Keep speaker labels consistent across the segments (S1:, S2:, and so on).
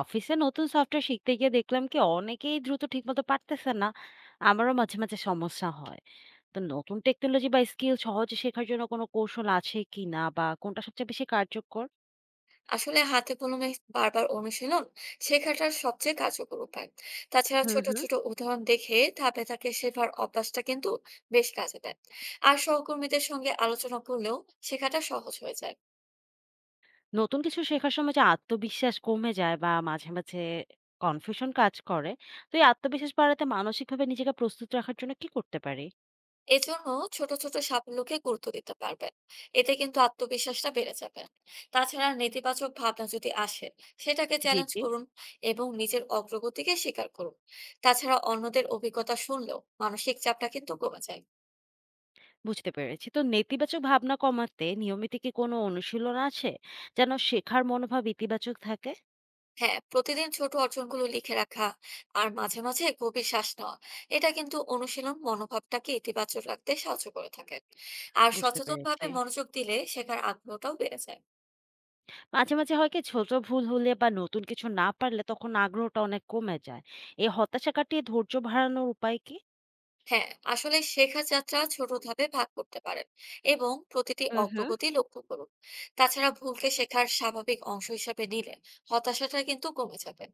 S1: অফিসে নতুন সফটওয়্যার শিখতে গিয়ে দেখলাম কি অনেকেই দ্রুত ঠিকমতো পারতেছে না। আমারও মাঝে মাঝে সমস্যা হয়। তো নতুন টেকনোলজি বা স্কিল সহজে শেখার জন্য কোনো কৌশল আছে কি না, বা কোনটা সবচেয়ে বেশি কার্যকর?
S2: আসলে হাতে কলমে বারবার অনুশীলন শেখাটার সবচেয়ে কার্যকর উপায়। তাছাড়া
S1: হুম,
S2: ছোট
S1: হুম।
S2: ছোট উদাহরণ দেখে ধাপে ধাপে শেখার অভ্যাসটা কিন্তু বেশ কাজে দেয়। আর সহকর্মীদের সঙ্গে আলোচনা করলেও শেখাটা সহজ হয়ে যায়।
S1: নতুন কিছু শেখার সময় যে আত্মবিশ্বাস কমে যায়, বা মাঝে মাঝে কনফিউশন কাজ করে। তো এই আত্মবিশ্বাস বাড়াতে মানসিকভাবে নিজেকে প্রস্তুত রাখার জন্য কি করতে পারি?
S2: এজন্য ছোট ছোট সাফল্যকে গুরুত্ব দিতে পারবেন, এতে কিন্তু আত্মবিশ্বাসটা বেড়ে যাবে। তাছাড়া নেতিবাচক ভাবনা যদি আসে, সেটাকে
S1: জি,
S2: চ্যালেঞ্জ
S1: জি।
S2: করুন এবং নিজের অগ্রগতিকে স্বীকার করুন। তাছাড়া অন্যদের অভিজ্ঞতা শুনলেও মানসিক চাপটা কিন্তু কমে যায়।
S1: বুঝতে পেরেছি। তো নেতিবাচক ভাবনা কমাতে নিয়মিত কি কোনো অনুশীলন আছে, যেন শেখার মনোভাব ইতিবাচক থাকে?
S2: হ্যাঁ, প্রতিদিন ছোট অর্জনগুলো লিখে রাখা আর মাঝে মাঝে গভীর শ্বাস নেওয়া, এটা কিন্তু অনুশীলন মনোভাবটাকে ইতিবাচক রাখতে সাহায্য করে থাকে। আর
S1: বুঝতে
S2: সচেতন
S1: পেরেছি।
S2: ভাবে মনোযোগ দিলে শেখার আগ্রহটাও বেড়ে যায়।
S1: মাঝে, মাঝে হয় কি ছোট ভুল হলে বা নতুন কিছু না পারলে তখন আগ্রহটা অনেক কমে যায়। এই হতাশা কাটিয়ে ধৈর্য বাড়ানোর উপায় কি?
S2: হ্যাঁ, আসলে শেখার যাত্রা ছোট ধাপে ভাগ করতে পারেন এবং প্রতিটি
S1: হুম, হুম।
S2: অগ্রগতি লক্ষ্য করুন। তাছাড়া ভুলকে শেখার স্বাভাবিক অংশ হিসাবে নিলে হতাশাটা কিন্তু কমে যাবে।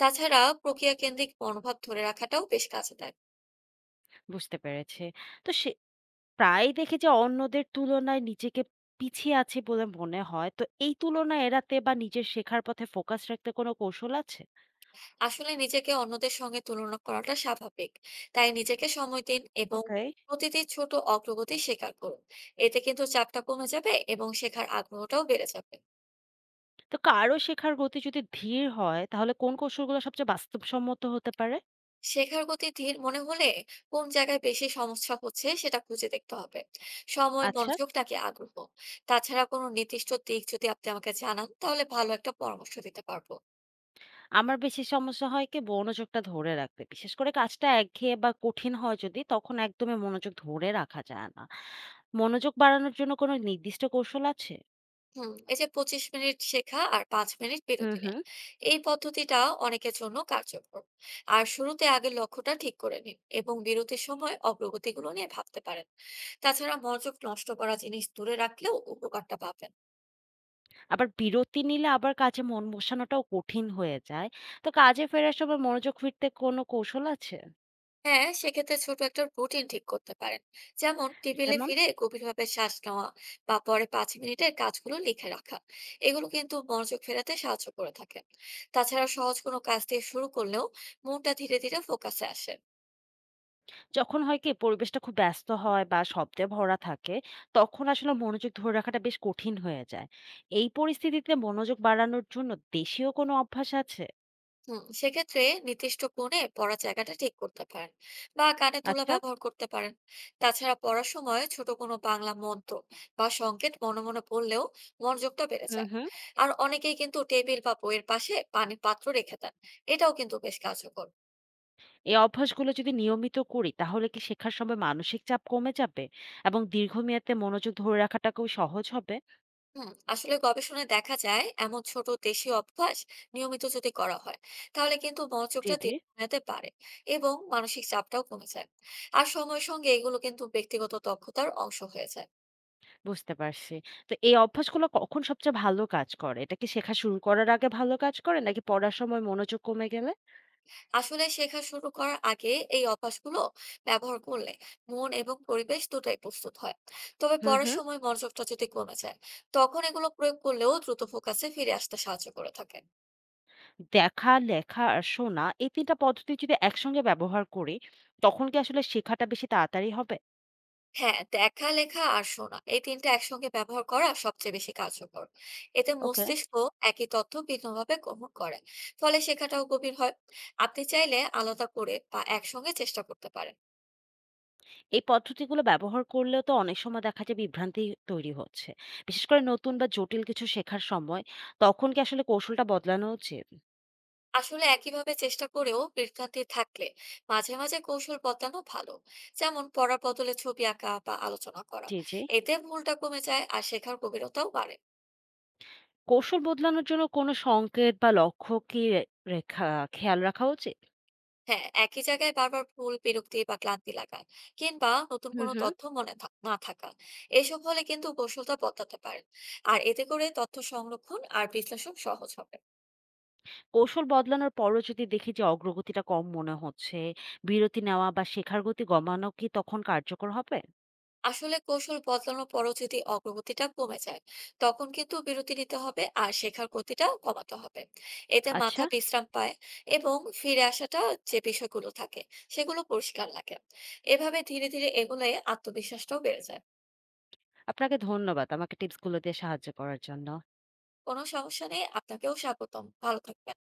S2: তাছাড়া প্রক্রিয়া কেন্দ্রিক মনোভাব ধরে রাখাটাও বেশ কাজে দেয়।
S1: বুঝতে পেরেছি। তো প্রায়ই দেখি যে অন্যদের তুলনায় নিজেকে পিছিয়ে আছি বলে মনে হয়। তো এই তুলনা এড়াতে বা নিজের শেখার পথে ফোকাস রাখতে কোনো কৌশল আছে?
S2: আসলে নিজেকে অন্যদের সঙ্গে তুলনা করাটা স্বাভাবিক, তাই নিজেকে সময় দিন এবং
S1: ওকে।
S2: প্রতিটি ছোট অগ্রগতি স্বীকার করুন। এতে কিন্তু চাপটা কমে যাবে এবং শেখার আগ্রহটাও বেড়ে যাবে।
S1: তো কারো শেখার গতি যদি ধীর হয় তাহলে কোন কৌশলগুলো সবচেয়ে বাস্তবসম্মত হতে পারে?
S2: শেখার গতি ধীর মনে হলে কোন জায়গায় বেশি সমস্যা হচ্ছে সেটা খুঁজে দেখতে হবে সময়
S1: আচ্ছা।
S2: মনোযোগ নাকি আগ্রহ। তাছাড়া কোনো নির্দিষ্ট দিক যদি আপনি আমাকে জানান, তাহলে ভালো একটা পরামর্শ দিতে পারবো।
S1: আমার বেশি সমস্যা হয় কি মনোযোগটা ধরে রাখতে। বিশেষ করে কাজটা একঘেয়ে বা কঠিন হয় যদি তখন একদমই মনোযোগ ধরে রাখা যায় না। মনোযোগ বাড়ানোর জন্য কোনো নির্দিষ্ট কৌশল আছে?
S2: হুম, এই যে 25 মিনিট শেখা আর 5 মিনিট
S1: হুম,
S2: বিরতি নেয়,
S1: হুম।
S2: এই পদ্ধতিটা অনেকের জন্য কার্যকর। আর শুরুতে আগের লক্ষ্যটা ঠিক করে নিন এবং বিরতির সময় অগ্রগতিগুলো নিয়ে ভাবতে পারেন। তাছাড়া মনোযোগ নষ্ট করা জিনিস দূরে রাখলেও উপকারটা পাবেন।
S1: আবার বিরতি নিলে আবার কাজে মন বসানোটাও কঠিন হয়ে যায়। তো কাজে ফেরার সময় মনোযোগ ফিরতে কোনো কৌশল আছে?
S2: হ্যাঁ, সেক্ষেত্রে ছোট একটা রুটিন ঠিক করতে পারেন, যেমন টেবিলে
S1: যেমন?
S2: ফিরে গভীরভাবে শ্বাস নেওয়া বা পরে 5 মিনিটের কাজগুলো লিখে রাখা। এগুলো কিন্তু মনোযোগ ফেরাতে সাহায্য করে থাকে। তাছাড়া সহজ কোনো কাজ দিয়ে শুরু করলেও মনটা ধীরে ধীরে ফোকাসে আসে।
S1: যখন হয় কি পরিবেশটা খুব ব্যস্ত হয় বা শব্দে ভরা থাকে, তখন আসলে মনোযোগ ধরে রাখাটা বেশ কঠিন হয়ে যায়। এই পরিস্থিতিতে মনোযোগ বাড়ানোর জন্য দেশীয় কোনো অভ্যাস আছে?
S2: হুম, সেক্ষেত্রে নির্দিষ্ট কোণে পড়ার জায়গাটা ঠিক করতে পারেন বা কানে তুলা
S1: আচ্ছা।
S2: ব্যবহার করতে পারেন। তাছাড়া পড়ার সময় ছোট কোনো বাংলা মন্ত্র বা সংকেত মনে মনে পড়লেও মনোযোগটা বেড়ে
S1: হুম,
S2: যায়।
S1: হুম।
S2: আর অনেকেই কিন্তু টেবিল বা বইয়ের পাশে পানির পাত্র রেখে দেন, এটাও কিন্তু বেশ কার্যকর।
S1: এই অভ্যাসগুলো যদি নিয়মিত করি তাহলে কি শেখার সময় মানসিক চাপ কমে যাবে এবং দীর্ঘমেয়াদে মনোযোগ ধরে রাখাটাকেও সহজ হবে?
S2: হুম, আসলে গবেষণায় দেখা যায় এমন ছোট দেশীয় অভ্যাস নিয়মিত যদি করা হয়, তাহলে কিন্তু
S1: জি,
S2: মনোযোগটা
S1: জি।
S2: দীর্ঘমেয়াদে পারে এবং মানসিক চাপটাও কমে যায়। আর সময়ের সঙ্গে এগুলো কিন্তু ব্যক্তিগত দক্ষতার অংশ হয়ে যায়।
S1: বুঝতে পারছি। তো এই অভ্যাসগুলো কখন সবচেয়ে ভালো কাজ করে? এটা কি শেখা শুরু করার আগে ভালো কাজ করে নাকি পড়ার সময় মনোযোগ কমে গেলে?
S2: আসলে শেখা শুরু করার আগে এই অভ্যাসগুলো ব্যবহার করলে মন এবং পরিবেশ দুটাই প্রস্তুত হয়। তবে
S1: হুম,
S2: পড়ার
S1: হুম।
S2: সময় মনোযোগটা যদি কমে যায়, তখন এগুলো প্রয়োগ করলেও দ্রুত ফোকাসে ফিরে আসতে সাহায্য করে থাকে।
S1: দেখা, লেখা আর শোনা এই ৩ টা পদ্ধতি যদি একসঙ্গে ব্যবহার করি, তখন কি আসলে শেখাটা বেশি তাড়াতাড়ি হবে?
S2: হ্যাঁ, দেখা, লেখা আর শোনা, এই তিনটা একসঙ্গে ব্যবহার করা সবচেয়ে বেশি কার্যকর। এতে
S1: ওকে।
S2: মস্তিষ্ক একই তথ্য ভিন্নভাবে গ্রহণ করে, ফলে শেখাটাও গভীর হয়। আপনি চাইলে আলাদা করে বা একসঙ্গে চেষ্টা করতে পারেন।
S1: এই পদ্ধতিগুলো ব্যবহার করলেও তো অনেক সময় দেখা যায় বিভ্রান্তি তৈরি হচ্ছে। বিশেষ করে নতুন বা জটিল কিছু শেখার সময় তখন কি আসলে কৌশলটা বদলানো উচিত?
S2: আসলে একইভাবে চেষ্টা করেও বিভ্রান্তি থাকলে মাঝে মাঝে কৌশল বদলানো ভালো, যেমন পড়ার বদলে ছবি আঁকা বা আলোচনা করা।
S1: জি, জি।
S2: এতে ভুলটা কমে যায় আর শেখার গভীরতাও বাড়ে।
S1: কৌশল বদলানোর জন্য কোনো সংকেত বা লক্ষ্য কি রেখা খেয়াল রাখা উচিত?
S2: হ্যাঁ, একই জায়গায় বারবার ভুল, বিরক্তি বা ক্লান্তি লাগা কিংবা নতুন
S1: হুম,
S2: কোনো
S1: হুম।
S2: তথ্য মনে না থাকা, এসব হলে কিন্তু কৌশলটা বদলাতে পারেন। আর এতে করে তথ্য সংরক্ষণ আর বিশ্লেষণ সহজ হবে।
S1: কৌশল বদলানোর পরও যদি দেখি যে অগ্রগতিটা কম মনে হচ্ছে, বিরতি নেওয়া বা শেখার গতি কমানো কি তখন কার্যকর হবে?
S2: আসলে কৌশল বদলানোর পরও যদি অগ্রগতিটা কমে যায়, তখন কিন্তু বিরতি নিতে হবে আর শেখার গতিটা কমাতে হবে। এতে
S1: আচ্ছা,
S2: মাথা বিশ্রাম পায় এবং ফিরে আসাটা যে বিষয়গুলো থাকে সেগুলো পরিষ্কার লাগে। এভাবে ধীরে ধীরে এগুলোয় আত্মবিশ্বাসটাও বেড়ে যায়।
S1: আপনাকে ধন্যবাদ আমাকে টিপসগুলো দিয়ে সাহায্য করার জন্য।
S2: কোনো সমস্যা নেই, আপনাকেও স্বাগতম, ভালো থাকবেন।